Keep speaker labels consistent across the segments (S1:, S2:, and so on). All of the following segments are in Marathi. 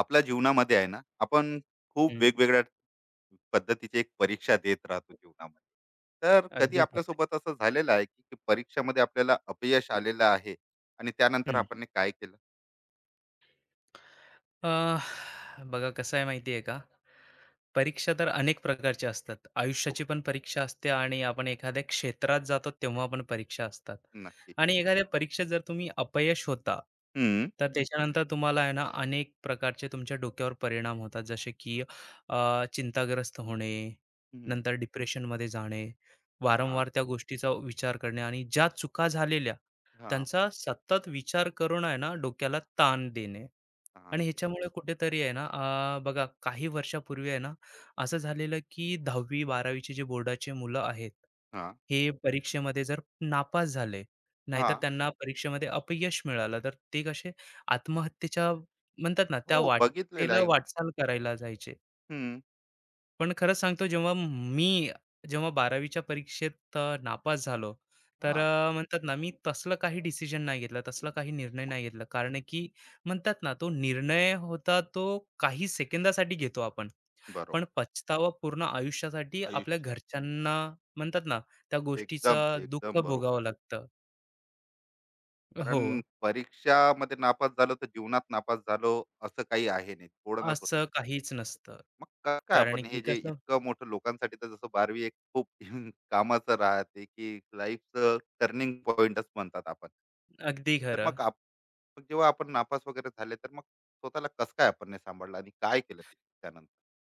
S1: आपल्या जीवनामध्ये आहे ना आपण खूप
S2: हं,
S1: वेगवेगळ्या पद्धतीची एक परीक्षा देत राहतो जीवनामध्ये. तर कधी
S2: अगदी खरं
S1: आपल्यासोबत असं झालेलं आहे की की परीक्षामध्ये आपल्याला अपयश
S2: आहे.
S1: आलेलं आहे आणि त्यानंतर
S2: हं.
S1: आपण ने काय केलं
S2: बघा कसं आहे माहिती आहे का? परीक्षा तर अनेक प्रकारच्या असतात. आयुष्याची
S1: सोबत?
S2: पण परीक्षा असते आणि आपण एखाद्या क्षेत्रात जातो तेव्हा पण परीक्षा असतात.
S1: नक्की.
S2: आणि एखाद्या परीक्षेत जर तुम्ही अपयश होता,
S1: हम्म.
S2: तर त्याच्यानंतर तुम्हाला आहे ना अनेक प्रकारचे तुमच्या डोक्यावर परिणाम होतात. जसे की चिंताग्रस्त होणे,
S1: हम्म.
S2: नंतर डिप्रेशनमध्ये जाणे,
S1: हा
S2: वारंवार त्या गोष्टीचा विचार करणे आणि ज्या चुका झालेल्या
S1: हा
S2: त्यांचा सतत विचार करून आहे ना डोक्याला ताण देणे.
S1: तहान
S2: आणि
S1: दिली.
S2: ह्याच्यामुळे कुठेतरी आहे ना बघा काही वर्षापूर्वी आहे ना असं झालेलं की 10वी बारावीचे जे बोर्डाचे मुलं आहेत,
S1: हा
S2: हे परीक्षेमध्ये जर नापास झाले,
S1: हा
S2: नाहीतर त्यांना परीक्षेमध्ये अपयश मिळालं, तर ते कसे आत्महत्येच्या म्हणतात ना त्या
S1: हो, बघितलेलं
S2: वाटेला
S1: आहे.
S2: वाटचाल करायला जायचे.
S1: हम्म.
S2: पण खरं सांगतो जेव्हा 12वीच्या परीक्षेत नापास झालो, तर
S1: हा.
S2: म्हणतात ना, मी तसलं काही डिसिजन नाही घेतला, तसला काही निर्णय
S1: मग.
S2: नाही घेतला. कारण आहे की म्हणतात ना, तो निर्णय होता तो काही सेकंदासाठी घेतो आपण. पण
S1: बरोबर.
S2: पछतावा पूर्ण आयुष्यासाठी आपल्या
S1: आयुष्य.
S2: घरच्यांना म्हणतात ना, त्या
S1: एकदम
S2: गोष्टीचं दुःख
S1: एकदम बरोबर
S2: भोगावं
S1: बोल.
S2: लागतं. हो,
S1: कारण परीक्षामध्ये नापास झालो तर जीवनात नापास झालो असं काही आहे नाही थोडं ना.
S2: असं काहीच नसतं.
S1: मग कसं काय
S2: कारण
S1: आपण
S2: की
S1: हे जे
S2: कसं
S1: इतकं मोठं लोकांसाठी, तर जसं बारावी एक खूप कामाचं राहते की लाईफचं टर्निंग पॉइंटच म्हणतात आपण.
S2: अगदी
S1: तर
S2: खरं.
S1: मग आप, मग जेव्हा आपण नापास वगैरे झाले तर मग स्वतःला कसं काय आपण नाही सांभाळलं आणि काय केलं ते त्यानंतर.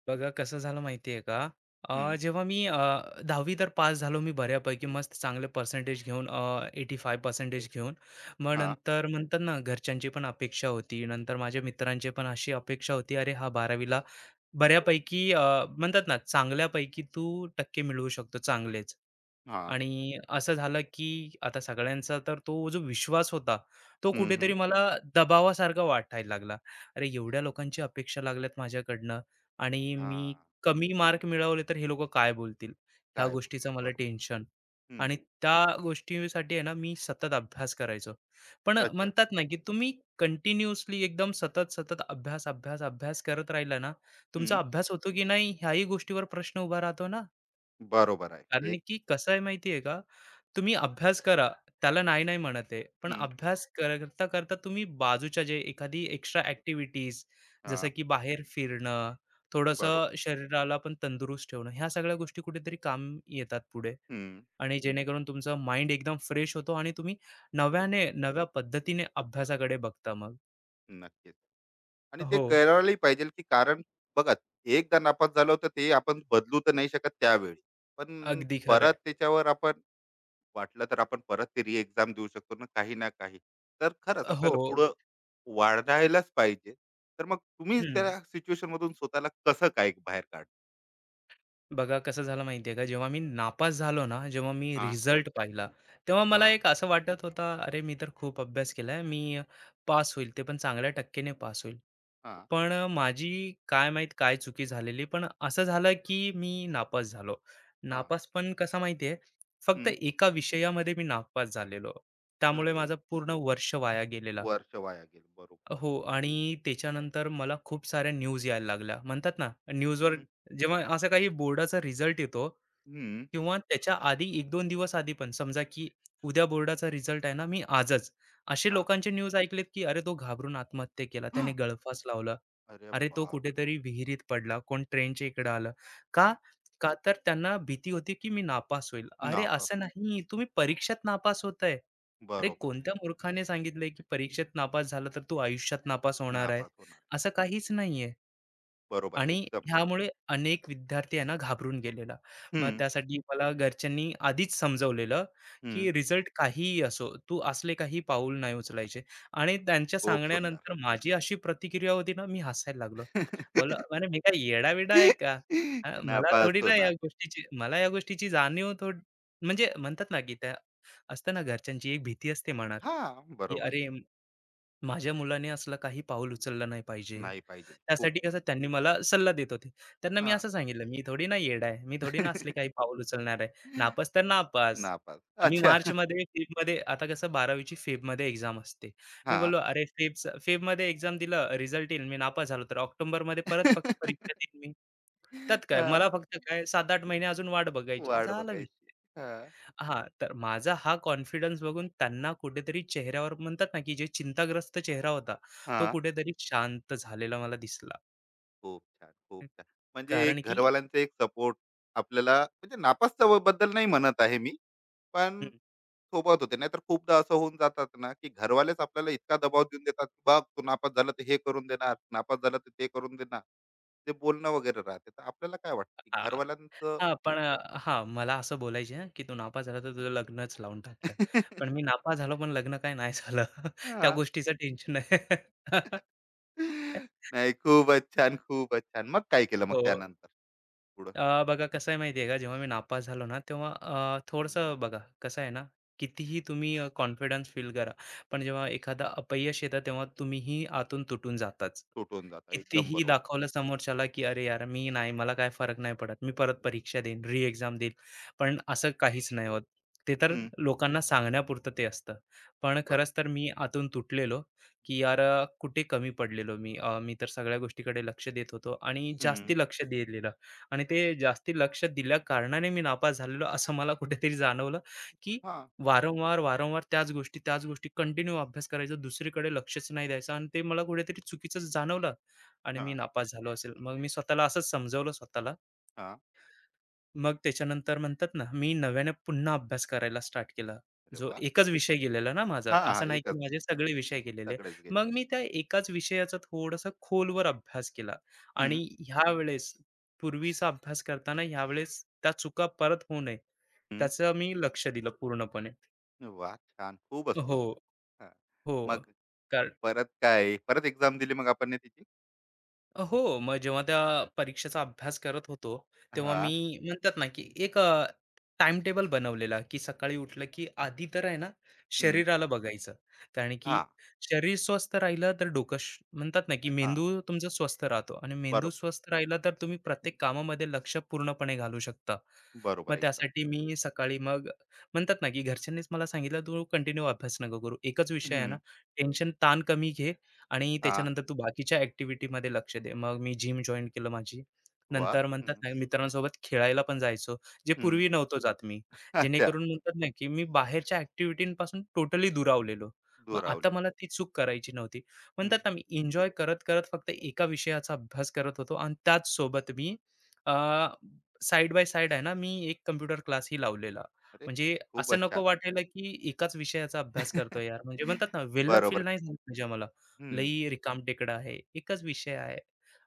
S2: बघा कसं झालं माहिती आहे का? अ,
S1: हम्म,
S2: जेव्हा मी अ, 10वी तर पास झालो मी बऱ्यापैकी मस्त चांगले पर्सेंटेज घेऊन, 85 पर्सेंटेज घेऊन. मग
S1: हा.
S2: नंतर म्हणतात ना घरच्यांची पण अपेक्षा होती, नंतर माझ्या मित्रांची पण अशी अपेक्षा होती, अरे हा बारावीला बऱ्यापैकी, म्हणतात ना, चांगल्यापैकी तू टक्के मिळवू शकतो चांगलेच.
S1: हा.
S2: आणि असं झालं की आता सगळ्यांचा तर तो जो विश्वास होता, तो
S1: हम्म,
S2: कुठेतरी
S1: हम्म.
S2: मला दबावासारखा वाटायला लागला. अरे, एवढ्या लोकांची अपेक्षा लागल्यात माझ्याकडनं आणि
S1: हा.
S2: मी कमी मार्क मिळवले तर हे लोकं काय बोलतील? ह्या
S1: काय बोल.
S2: गोष्टीचं मला
S1: बरोबर.
S2: टेन्शन.
S1: हम्म.
S2: आणि त्या गोष्टीसाठी आहे ना मी सतत अभ्यास करायचो. पण
S1: अच्छा.
S2: म्हणतात ना की तुम्ही कंटिन्यूअसली एकदम सतत, सतत अभ्यास, अभ्यास, अभ्यास करत राहिला ना, तुमचा
S1: हम्म.
S2: अभ्यास होतो की नाही ह्याही गोष्टीवर प्रश्न उभा राहतो ना.
S1: बरोबर आहे.
S2: कारण
S1: एक.
S2: की कसं आहे माहिती का, तुम्ही अभ्यास करा, त्याला नाही नाही म्हणत आहे. पण
S1: हम्म,
S2: अभ्यास करता करता तुम्ही बाजूच्या जे एखादी एक्स्ट्रा ॲक्टिव्हिटीज, जसं
S1: हा.
S2: की बाहेर फिरणं,
S1: बरोबर.
S2: थोडंसं शरीराला पण तंदुरुस्त ठेवणं, ह्या सगळ्या गोष्टी कुठेतरी काम येतात पुढे.
S1: हम्म.
S2: आणि जेणेकरून तुमचा माइंड एकदम फ्रेश होतो आणि तुम्ही
S1: फ्रेश.
S2: नव्याने, नव्या पद्धतीने अभ्यासाकडे बघता मग.
S1: नक्कीच. आणि ते
S2: हो,
S1: करायलाही पाहिजे की, कारण बघा, एकदा नापास झालो तर ते आपण बदलू तर नाही शकत त्यावेळी. पण
S2: अगदी खरं
S1: परत
S2: आहे.
S1: त्याच्यावर आपण वाटलं तर आपण परत ते री एक्झाम देऊ शकतो ना काही ना काही. तर खरंच
S2: हो.
S1: आपल्याला पुढं वाढायलाच पाहिजे. तर मग तुम्ही
S2: हं.
S1: त्या सिच्युएशन मधून स्वतःला कसं काय बाहेर काढ.
S2: बघा कसं झालं माहिती का, जेव्हा मी नापास झालो ना, जेव्हा मी
S1: हा.
S2: रिझल्ट पाहिला, तेव्हा
S1: हा.
S2: मला एक असं वाटत होता, "अरे, मी तर खूप अभ्यास केलाय, मी पास होईल, ते पण चांगल्या टक्केने पास होईल."
S1: हा.
S2: पण माझी काय माहीत काय चुकी झालेली, पण असं झालं की मी नापास झालो.
S1: हा.
S2: नापास पण कसा माहिती, फक्त
S1: हम्म.
S2: एका विषयामध्ये मी नापास झालेलो. त्यामुळे
S1: अरे,
S2: माझं पूर्ण वर्ष वाया गेलेलं.
S1: वर्ष वाया गेलं, बरोबर.
S2: हो, आणि त्याच्यानंतर मला खूप साऱ्या न्यूज यायला लागल्या. म्हणतात ना, न्यूजवर
S1: हम्म.
S2: जेव्हा असा काही बोर्डाचा रिझल्ट येतो
S1: हम्म.
S2: किंवा त्याच्या आधी एक 2 दिवस आधी पण समजा, की उद्या बोर्डाचा रिझल्ट आहे ना, मी आजच असे
S1: हा.
S2: लोकांचे न्यूज ऐकलेत, की "अरे, तो घाबरून आत्महत्या केला, त्याने गळफास लावला.
S1: अरे
S2: अरे, तो
S1: बाप.
S2: कुठेतरी विहिरीत पडला, कोण ट्रेनच्या इकडे आलं." का? का तर त्यांना भीती होती, की मी नापास होईल. अरे,
S1: नापास
S2: असं
S1: होईल.
S2: नाही, तुम्ही परीक्षेत नापास होताय. अरे
S1: बरोबर.
S2: कोणत्या मूर्खाने सांगितलंय की परीक्षेत नापास झाला तर तू आयुष्यात नापास होणार आहे?
S1: नापास होणार.
S2: असं काहीच नाहीये.
S1: बरोबर आहे
S2: आणि
S1: एकदम.
S2: ह्यामुळे अनेक विद्यार्थी यांना घाबरून गेलेला. मग
S1: हं.
S2: त्यासाठी मला घरच्यांनी आधीच समजवलेलं,
S1: हं.
S2: की रिझल्ट काहीही असो, तू असले काही पाऊल नाही उचलायचे. आणि त्यांच्या
S1: खूप सुंदर.
S2: सांगण्यानंतर माझी अशी प्रतिक्रिया होती ना, मी हसायला लागलो. बोललो, "अरे मी काय येडा आहे का? हां,
S1: की
S2: मला
S1: नापास
S2: थोडी ना या
S1: होणार.
S2: गोष्टीची मला या गोष्टीची जाणीव थोडी." म्हणजे म्हणतात ना, की त्या असतं ना घरच्यांची एक भीती असते मनात,
S1: हां,
S2: की
S1: बरोबर.
S2: अरे माझ्या मुलाने असलं काही पाऊल उचललं नाही पाहिजे.
S1: नाही पाहिजे. खूप.
S2: त्यासाठी कसं त्यांनी मला सल्ला देत होते. त्यांना मी
S1: हां.
S2: असं सांगितलं, "मी थोडी ना येडा आहे. मी थोडी ना असले काही पाऊल उचलणार आहे. नापास तर नापास."
S1: नापास.
S2: मी
S1: अच्छा. हां.
S2: मार्चमध्ये फेबमध्ये आता कसं 12वीची फेबमध्ये एक्झाम असते. मी
S1: हां.
S2: बोललो, "अरे फेबचं फेबमध्ये एक्झाम दिलं, रिझल्ट येईल. मी नापास झालो तर ऑक्टोबरमध्ये परत फक्त परीक्षा देईन मी. त्यात काय? मला फक्त काय 7-8 महिने अजून वाट बघायची."
S1: वाट
S2: झाला विषय.
S1: बघायची. हां.
S2: हां, तर माझा हा कॉन्फिडन्स बघून त्यांना कुठेतरी चेहऱ्यावर म्हणतात ना, की जे चिंताग्रस्त चेहरा होता, तो
S1: हां.
S2: कुठेतरी शांत झालेला मला दिसला.
S1: खूप छान, खूप छान. म्हणजे
S2: कारण
S1: एक
S2: की
S1: घरवाल्यांचा एक सपोर्ट आपल्याला, म्हणजे नापास बद्दल नाही म्हणत आहे मी,
S2: हं,
S1: पण सोबत होते. नाहीतर खूपदा असं होऊन जातात ना की घरवालेच आपल्याला इतका दबाव देऊन देतात की बघ, तू नापास झालं तर हे करून देणार, नापास झालं तर ते करून देणार. ते बोलणं वगैरे राहते तर आपल्याला काय वाटतं की
S2: हां,
S1: घरवाल्यांचं.
S2: हां, पण हां, मला असं बोलायचे ना, की "तू नापा झाला तर तुझं लग्नच लावून टाकतात." पण मी नापा झालो पण लग्न काय नाही झालं. त्या
S1: हा.
S2: गोष्टीचं टेन्शन आहे.
S1: नाही, खूपच छान, खूपच छान. मग काय केलं मग
S2: हो.
S1: त्यानंतर पुढं.
S2: बघा कसं आहे माहिती आहे का, जेव्हा मी नापास झालो ना, तेव्हा
S1: हम्म.
S2: थोडंसं बघा कसं आहे ना, कितीही तुम्ही कॉन्फिडन्स फील करा, पण
S1: हम्म.
S2: जेव्हा एखादा अपयश येतं, तेव्हा तुम्हीही आतून तुटून जाताच.
S1: तुटून जातं, एकदम
S2: कितीही
S1: बरोबर.
S2: दाखवलं समोरच्याला, की "अरे यार, मी नाही, मला काय फरक नाही पडत. मी परत
S1: हम्म.
S2: परीक्षा देईन, री एक्झाम देईन." पण असं काहीच नाही होत. ते तर लोकांना सांगण्यापुरतं ते असतं. पण खरंच
S1: बरोबर.
S2: तर मी आतून तुटलेलो, की यार कुठे कमी पडलेलो मी. मी तर सगळ्या गोष्टीकडे लक्ष देत होतो आणि
S1: हम्म.
S2: जास्ती लक्ष दिलेलं आणि ते जास्ती लक्ष दिल्या कारणाने मी नापास झालेलो असं मला कुठेतरी जाणवलं, की
S1: हा.
S2: वारंवार, वारंवार त्याच गोष्टी, त्याच गोष्टी कंटिन्यू अभ्यास करायचा, दुसरीकडे लक्षच नाही द्यायचं आणि ते मला कुठेतरी चुकीचं जाणवलं. आणि
S1: हा.
S2: मी
S1: हा.
S2: नापास झालो असेल. मग मी स्वतःला असंच समजावलं स्वतःला. मग त्याच्यानंतर म्हणतात ना, मी नव्याने पुन्हा अभ्यास करायला स्टार्ट केला.
S1: अरे
S2: जो
S1: वा.
S2: एकच विषय गेलेला ना माझा.
S1: हा. हा.
S2: असं नाही की
S1: एकच.
S2: माझे सगळे विषय गेलेले.
S1: सगळेच गेले.
S2: मग मी त्या एकाच विषयाचा थोडासा खोलवर अभ्यास केला आणि
S1: हम्म.
S2: ह्यावेळेस पूर्वीचा अभ्यास करताना ह्यावेळेस त्या चुका परत होऊ नये,
S1: हम्म.
S2: त्याचं मी लक्ष दिलं पूर्णपणे.
S1: वा छान. खूपच
S2: हो,
S1: सुंदर. हां.
S2: हो.
S1: मग परत काय, परत एक्झाम दिली मग आपण त्याची?
S2: हो, मग जेव्हा त्या परीक्षेचा अभ्यास करत होतो, तेव्हा मी
S1: हां.
S2: म्हणतात ना, की एक टाईमटेबल बनवलेला, की सकाळी उठलं, की आधी तर आहे ना,
S1: हं.
S2: शरीराला बघायचं. कारण की
S1: हां.
S2: शरीर स्वस्थ राहिलं तर डोकं श म्हणतात ना, की
S1: हां.
S2: मेंदू तुमचा स्वस्थ राहतो आणि मेंदू
S1: बरोबर.
S2: स्वस्थ राहिला तर तुम्ही प्रत्येक कामामध्ये लक्ष पूर्णपणे घालू शकता. मग
S1: बरोबर एकदम.
S2: त्यासाठी मी सकाळी मग म्हणतात ना, की घरच्यांनीच मला सांगितलं, "तू कंटिन्यू अभ्यास नको करू. एकच विषय आहे ना,
S1: हं.
S2: टेन्शन ताण कमी घे आणि
S1: हां.
S2: त्याच्यानंतर तू बाकीच्या ॲक्टिव्हिटीमध्ये लक्ष दे. मग मी जिम जॉइन केलं माझी.
S1: वाह!
S2: नंतर म्हणतात
S1: हं.
S2: ना, मित्रांसोबत खेळायला पण जायचो, जे
S1: हं.
S2: पूर्वी नव्हतो जात मी.
S1: अच्छा.
S2: जेणेकरून म्हणतात ना, की मी बाहेरच्या ॲक्टिव्हिटींपासून टोटली दुरावलेलो. मग आता
S1: दुरावलेलं.
S2: मला ती चूक करायची नव्हती.
S1: हं.
S2: म्हणतात ना, मी एन्जॉय करत-करत फक्त एका विषयाचा अभ्यास करत होतो आणि त्याच सोबत मी अ, साइड बाय साइड आहे ना, मी एक कॉम्प्युटर क्लासही लावलेला.
S1: अरे.
S2: म्हणजे असं
S1: खूपच
S2: नको
S1: छान.
S2: वाटायला, की एकाच विषयाचा अभ्यास करतोय यार. म्हणजे म्हणतात ना, वेल्ला फील
S1: बरोबर.
S2: नाही झालं पाहिजे मला.
S1: हं.
S2: लई रिकामटेकडं आहे. एकच विषय आहे.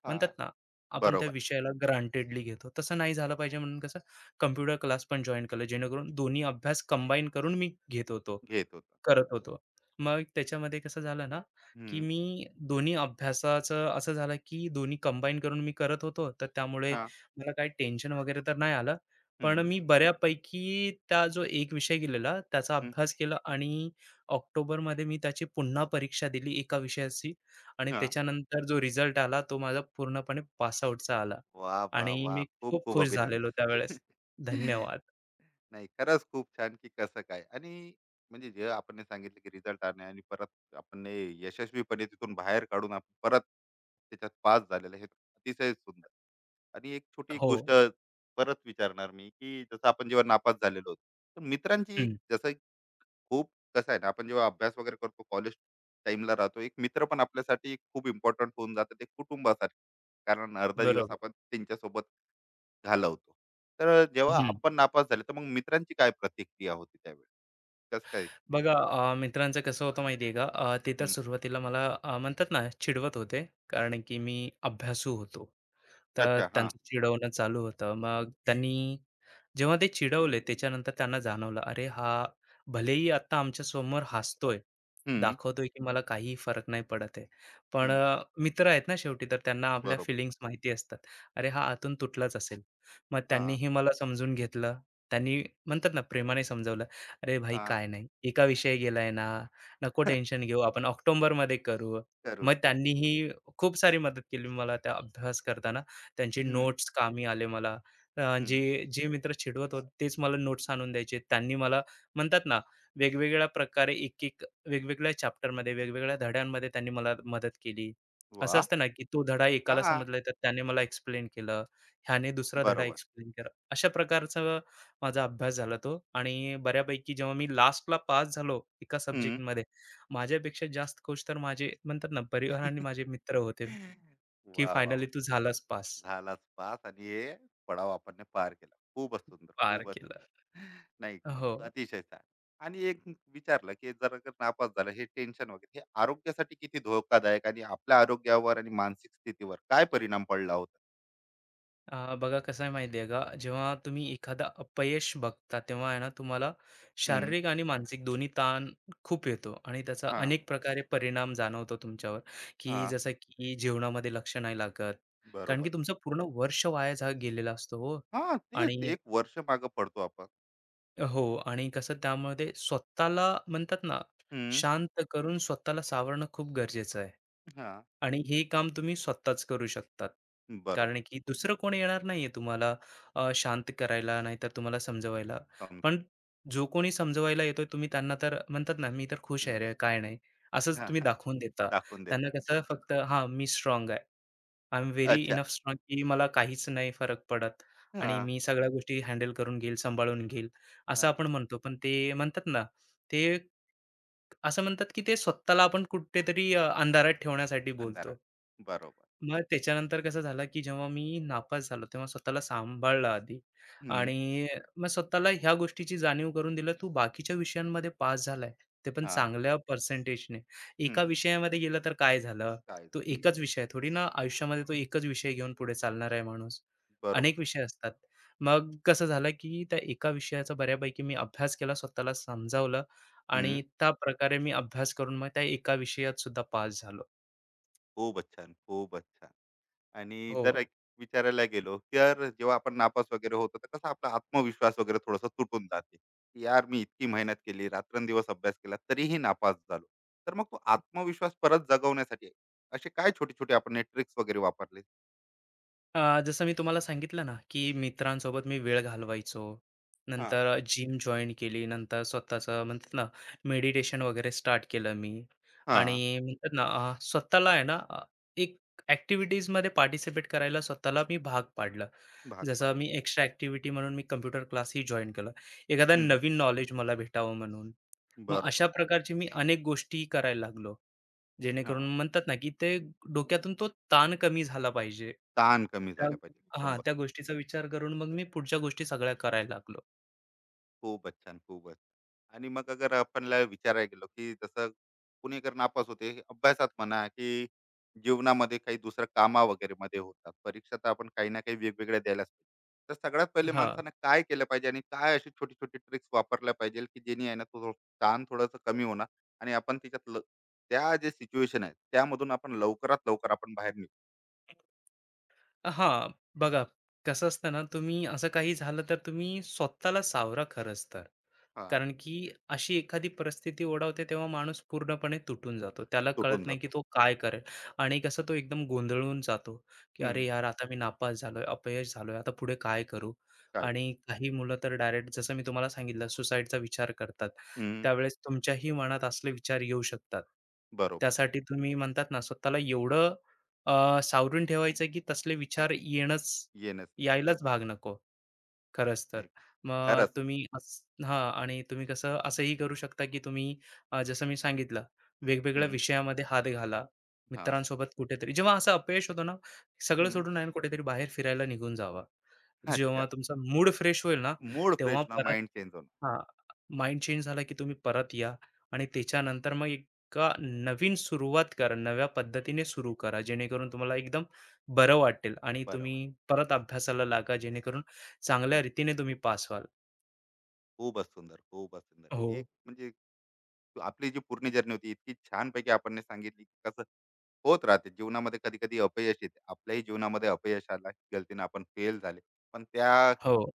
S1: हां.
S2: म्हणतात ना, आपण त्या
S1: बरोबर.
S2: विषयाला ग्रांटेडली घेतो. तसं नाही झालं पाहिजे म्हणून कसं कॉम्प्युटर क्लास पण जॉइन केलं, जेणेकरून दोन्ही अभ्यास कंबाईन करून मी घेत होतो.
S1: घेत होता.
S2: करत होतो. मग त्याच्यामध्ये कसं झालं ना, की
S1: हं.
S2: मी दोन्ही अभ्यासाचं असं झालं, की दोन्ही कंबाईन करून मी करत होतो. तर त्यामुळे
S1: हां.
S2: मला काही टेन्शन वगैरे तर नाही आलं.
S1: हं.
S2: पण मी बऱ्यापैकी त्या जो एक विषय गेलेला त्याचा
S1: हं.
S2: अभ्यास केला आणि ऑक्टोबरमध्ये मी त्याची पुन्हा परीक्षा दिली एका विषयाची आणि
S1: हां.
S2: त्याच्यानंतर जो रिझल्ट आला तो माझा पूर्णपणे पास आला
S1: वाह, वाह,
S2: आणि
S1: वाह!
S2: मी
S1: खूप
S2: खूप
S1: खूप
S2: खुश झालेलो
S1: अभिनंदन.
S2: त्यावेळेस. धन्यवाद.
S1: नाही, खरंच खूप छान, की कसं काय आणि, म्हणजे जे आपण सांगितलं की रिझल्ट आणणे आणि परत आपण हे यशस्वीपणे तिथून बाहेर काढून आपण परत त्याच्यात पास झालेलं, हे अतिशय सुंदर. आणि एक छोटी एक
S2: हो.
S1: गोष्ट परत विचारणार मी, की जसं आपण जेव्हा नापास झालेलो होतो, तर मित्रांची
S2: हं.
S1: एक- जसं एक खूप कसं आहे ना, आपण जेव्हा अभ्यास वगैरे करतो कॉलेज टाइमला राहतो एक मित्र पण आपल्यासाठी खूप इम्पॉर्टंट होऊन जातं, ते कुटुंबासारखे. कारण अर्धा दिवस
S2: बरोबर.
S1: आपण त्यांच्यासोबत घालवतो. तर जेव्हा
S2: हं.
S1: आपण नापास झाले, तर मग मित्रांची काय प्रतिक्रिया होती त्यावेळी? कसं काय?
S2: बघा मित्रांचं कसं होतं माहिती आहे का, ते तर
S1: हं.
S2: सुरुवातीला मला म्हणतात ना चिडवत होते, कारण की मी अभ्यासू होतो. तर
S1: अच्छा. हां.
S2: त्यांचं चिडवणं चालू होतं. मग त्यांनी जेव्हा ते चिडवले त्याच्यानंतर त्यांना जाणवलं, "अरे हा भलेही आत्ता आमच्यासमोर हसतोय,
S1: हं.
S2: दाखवतोय की मला काहीही फरक नाही पडत आहे." पण
S1: हं.
S2: मित्र आहेत ना शेवटी तर त्यांना आपल्या
S1: बरोबर.
S2: फिलिंग्स माहिती असतात. अरे हा आतून तुटलाच असेल. मग
S1: हां.
S2: त्यांनीही मला समजून घेतलं. त्यांनी म्हणतात ना प्रेमाने समजावलं, "अरे भाई
S1: हां.
S2: काय नाही, एका विषयी गेलाय ना, नको टेन्शन घेऊ, आपण ऑक्टोबरमध्ये करू." मग
S1: करून घेऊ.
S2: त्यांनीही खूप सारी मदत केली मला त्या अभ्यास करताना. त्यांचे
S1: हं.
S2: नोट्स कामी आले मला. अ, जे
S1: हं.
S2: जे मित्र चिडवत होते तेच मला नोट्स आणून द्यायचे. त्यांनी मला म्हणतात ना, वेगवेगळ्या प्रकारे एक-एक वेगवेगळ्या चॅप्टरमध्ये, वेगवेगळ्या धड्यांमध्ये त्यांनी मला मदत केली. असं
S1: वाह!
S2: असतं ना, की तो धडा एकाला
S1: हां.
S2: समजला तर त्याने मला एक्सप्लेन केलं. ह्याने दुसरा धडा
S1: बरोबर.
S2: एक्सप्लेन केला. अशा प्रकारचा माझा अभ्यास झाला तो. आणि बऱ्यापैकी जेव्हा मी लास्टला पास झालो एका
S1: हं.
S2: सब्जेक्टमध्ये, माझ्यापेक्षा जास्त खुश तर माझे म्हणतात ना, परिवार आणि माझे मित्र होते, की
S1: वाह, वाह,
S2: फायनली
S1: वाह!
S2: तू झालास पास,
S1: झालाच पास आणि हे पडाव आपण पार केला. खूपच सुंदर.
S2: पार
S1: खूपच.
S2: केलं.
S1: नाही,
S2: हो.
S1: अतिशय छान. आणि एक विचारलं, की जर का नापास झालं, हे टेन्शन वगैरे, हे आरोग्यासाठी किती धोकादायक आणि आपल्या आरोग्यावर आणि मानसिक स्थितीवर काय परिणाम पडला होता?
S2: बघा कसं आहे माहिती आहे का, जेव्हा तुम्ही एखादा अपयश बघता तेव्हा आहे ना तुम्हाला
S1: हं.
S2: शारीरिक आणि मानसिक दोन्ही ताण खूप येतो आणि त्याचा
S1: हां.
S2: अनेक प्रकारे परिणाम जाणवतो तुमच्यावर, की
S1: हां.
S2: जसं की जेवणामध्ये लक्ष नाही लागत, कारण की
S1: बरोबर.
S2: तुमचं पूर्ण वर्ष वाया जा गेलेला असतो. हो,
S1: हां, तेच
S2: आणि
S1: 1 वर्ष मागे पडतो आपण.
S2: आणि कसं त्यामध्ये स्वतःला म्हणतात ना,
S1: हं.
S2: शांत करून स्वतःला सावरणं खूप गरजेचं आहे.
S1: हां.
S2: आणि हे काम तुम्ही स्वतःच करू शकतात.
S1: बरोबर.
S2: कारण की दुसरं कोणी येणार नाहीये तुम्हाला शांत करायला, नाहीतर तुम्हाला समजवायला.
S1: समजू.
S2: पण जो कोणी समजवायला येतोय तुम्ही त्यांना तर म्हणतात ना, "मी तर खुश
S1: हं.
S2: आहे रे, काय नाही."
S1: हां.
S2: असंच तुम्ही दाखवून देता.
S1: दाखवून
S2: त्यांना
S1: देतात.
S2: कसं फक्त हां, मी स्ट्राँग आहे. आय एम व्हेरी
S1: अच्छा.
S2: इनफ स्ट्राँग की मला काहीच नाही फरक पडत आणि
S1: हां.
S2: मी सगळ्या गोष्टी हँडल करून घेईल, सांभाळून घेईल. असं
S1: हां.
S2: आपण म्हणतो. पण ते म्हणतात ना, ते असं म्हणतात की ते स्वतःला आपण कुठेतरी अंधारात ठेवण्यासाठी बोलतो.
S1: अंधारात. बरोबर.
S2: मग त्याच्यानंतर कसं झालं, की जेव्हा मी नापास झालो, तेव्हा स्वतःला सांभाळलं आधी
S1: हं.
S2: आणि मग स्वतःला ह्या गोष्टीची जाणीव करून दिलं, तू बाकीच्या विषयांमध्ये पास झालाय, ते पण
S1: हां.
S2: चांगल्या पर्सेंटेजने.
S1: हं.
S2: एका विषयामध्ये गेलं तर काय झालं?
S1: काय
S2: तो
S1: झालं?
S2: एकच विषय आहे, थोडी ना आयुष्यामध्ये तो एकच विषय घेऊन पुढे चालणार आहे माणूस.
S1: बरोबर.
S2: अनेक विषय असतात. मग कसं झालं, की त्या एका विषयाचा बऱ्यापैकी मी अभ्यास केला, स्वतःला समजावलं आणि
S1: हं.
S2: त्या प्रकारे मी अभ्यास करून मग त्या एका विषयात सुद्धा पास झालो.
S1: खूपच छान, खूपच छान. आणि
S2: हो.
S1: जर एक विचारायला गेलो, तर जेव्हा आपण नापास वगैरे होतो, तर कसा आपला आत्मविश्वास वगैरे थोडासा तुटून जाते, की यार, मी इतकी मेहनत केली, रात्रंदिवस अभ्यास केला, तरीही नापास झालो. तर मग तो आत्मविश्वास परत जगवण्यासाठी असे काय छोटे-छोटे आपण ट्रिक्स वगैरे वापरले?
S2: जसं मी तुम्हाला सांगितलं ना, की मित्रांसोबत मी वेळ घालवायचो.
S1: हां.
S2: नंतर जिम जॉइन केली. नंतर स्वतःचं म्हणतात ना, मेडिटेशन वगैरे स्टार्ट केलं मी आणि
S1: हां.
S2: म्हणतात ना, स्वतःला आहे ना, एक ॲक्टिव्हिटीजमध्ये पार्टिसिपेट करायला स्वतःला मी भाग पाडलं.
S1: भाग पाड.
S2: जसं मी एक्स्ट्रा ॲक्टिव्हिटी म्हणून मी कम्प्युटर क्लासही जॉइन केलं. एखादा
S1: हं.
S2: नवीन नॉलेज मला भेटावं म्हणून. मग
S1: बरोबर.
S2: अशा प्रकारची मी अनेक गोष्टी करायला लागलो. जेणेकरून
S1: हां.
S2: म्हणतात ना, की ते डोक्यातून तो ताण कमी झाला पाहिजे.
S1: ताण कमी
S2: त्या
S1: झाला पाहिजे. एकदम
S2: हां, त्या
S1: बरोबर.
S2: गोष्टीचा विचार करून मग मी पुढच्या गोष्टी सगळ्या करायला लागलो.
S1: खूपच छान, खूपच. आणि मग अगर आपणला विचारायला गेलो, की जसं पुणेकर नापास होते, अभ्यासात म्हणा, की जीवनामध्ये काही दुसऱ्या कामा वगैरे मध्ये होतात. परीक्षा तर आपण काही ना काही वेगवेगळ्या द्यायलाच पाहिजे. तर सगळ्यात पहिले
S2: हां.
S1: माणसानं काय केलं पाहिजे आणि काय अशी छोटी-छोटी ट्रिक्स वापरल्या पाहिजे, की जेणे आहे ना तो ताण थोडासा कमी होणार आणि आपण त्याच्यात ल, त्या जे सिच्युएशन आहे, त्यामधून आपण लवकरात लवकर आपण बाहेर निघू.
S2: हां, बघा कसं असतं ना, तुम्ही असं काही झालं तर तुम्ही स्वतःला सावरा खरंच तर.
S1: हां.
S2: कारण की अशी एखादी परिस्थिती ओढावते तेव्हा माणूस पूर्णपणे तुटून जातो. त्याला
S1: सुटून
S2: कळत नाही की
S1: जातो.
S2: तो काय करेल आणि कसं तो एकदम गोंधळून जातो, की "अरे
S1: हं.
S2: यार, आता मी नापास झालोय, अपयश झालोय, आता पुढे काय करू?"
S1: काय करू?
S2: आणि काही मुलं तर डायरेक्ट जसं मी तुम्हाला सांगितलं सुसाईडचा विचार करतात.
S1: हं.
S2: त्यावेळेस तुमच्याही मनात असले विचार येऊ शकतात.
S1: बरोबर.
S2: त्यासाठी तुम्ही म्हणतात ना स्वतःला एवढं सावरून ठेवायचं की तसले विचार येणंच
S1: येणंच नाही पाहिजे.
S2: यायलाच भाग नको. खरंच तर.
S1: नाही.
S2: मग
S1: खरंच.
S2: तुम्ही असं हां आणि तुम्ही कसं असंही करू शकता, की तुम्ही जसं मी सांगितलं,
S1: हं.
S2: वेगवेगळ्या
S1: हं.
S2: विषयामध्ये हात घाला. मित्रांसोबत कुठेतरी जेव्हा असं अपयश होतं ना, सगळं
S1: हं.
S2: सोडून आहे ना कुठेतरी बाहेर फिरायला निघून जावा. जेव्हा
S1: अच्छा.
S2: तुमचा मूड फ्रेश होईल ना,
S1: मूड
S2: तेव्हा
S1: फ्रेश होणार,
S2: परत
S1: माइंड चेंज होणार.
S2: हां,
S1: हं.
S2: माइंड चेंज झाला की तुम्ही परत या आणि
S1: हं.
S2: त्याच्यानंतर मग एका नवीन सुरुवात करा. नव्या पद्धतीने सुरू करा. जेणेकरून तुम्हाला एकदम बरं वाटेल आणि तुम्ही
S1: बरोबर.
S2: परत अभ्यासाला लागा. जेणेकरून चांगल्या
S1: हं.
S2: रीतीने तुम्ही पास व्हाल.
S1: खूपच सुंदर, खूपच सुंदर.
S2: हो,
S1: एक म्हणजे आपली जी पूर्ण जर्नी होती इतकी छानपैकी आपण सांगितली, की कसं होत राहते जीवनामध्ये कधी-कधी अपयश येते. आपल्याही जीवनामध्ये अपयश आला, गलतीनं आपण फेल झाले. पण त्या
S2: हो.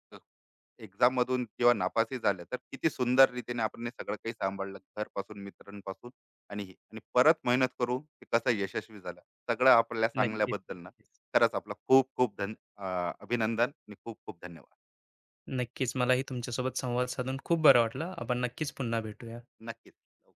S1: एक्झाम मधून जेव्हा नापासही झाल्या तर किती सुंदर रीतीने आपण हे सगळं काही सांभाळलं घरपासून मित्रांपासून, आणि हे आणि परत मेहनत करून ते कसं यशस्वी झालं सगळं आपल्याला
S2: नक्कीच,
S1: सांगल्याबद्दल ना.
S2: नक्कीच.
S1: खरंच आपलं खूप खूप धन, अभिनंदन आणि खूप खूप धन्यवाद.
S2: नक्कीच. मलाही तुमच्यासोबत संवाद साधून खूप बरं वाटलं. आपण नक्कीच पुन्हा भेटूया.
S1: नक्कीच.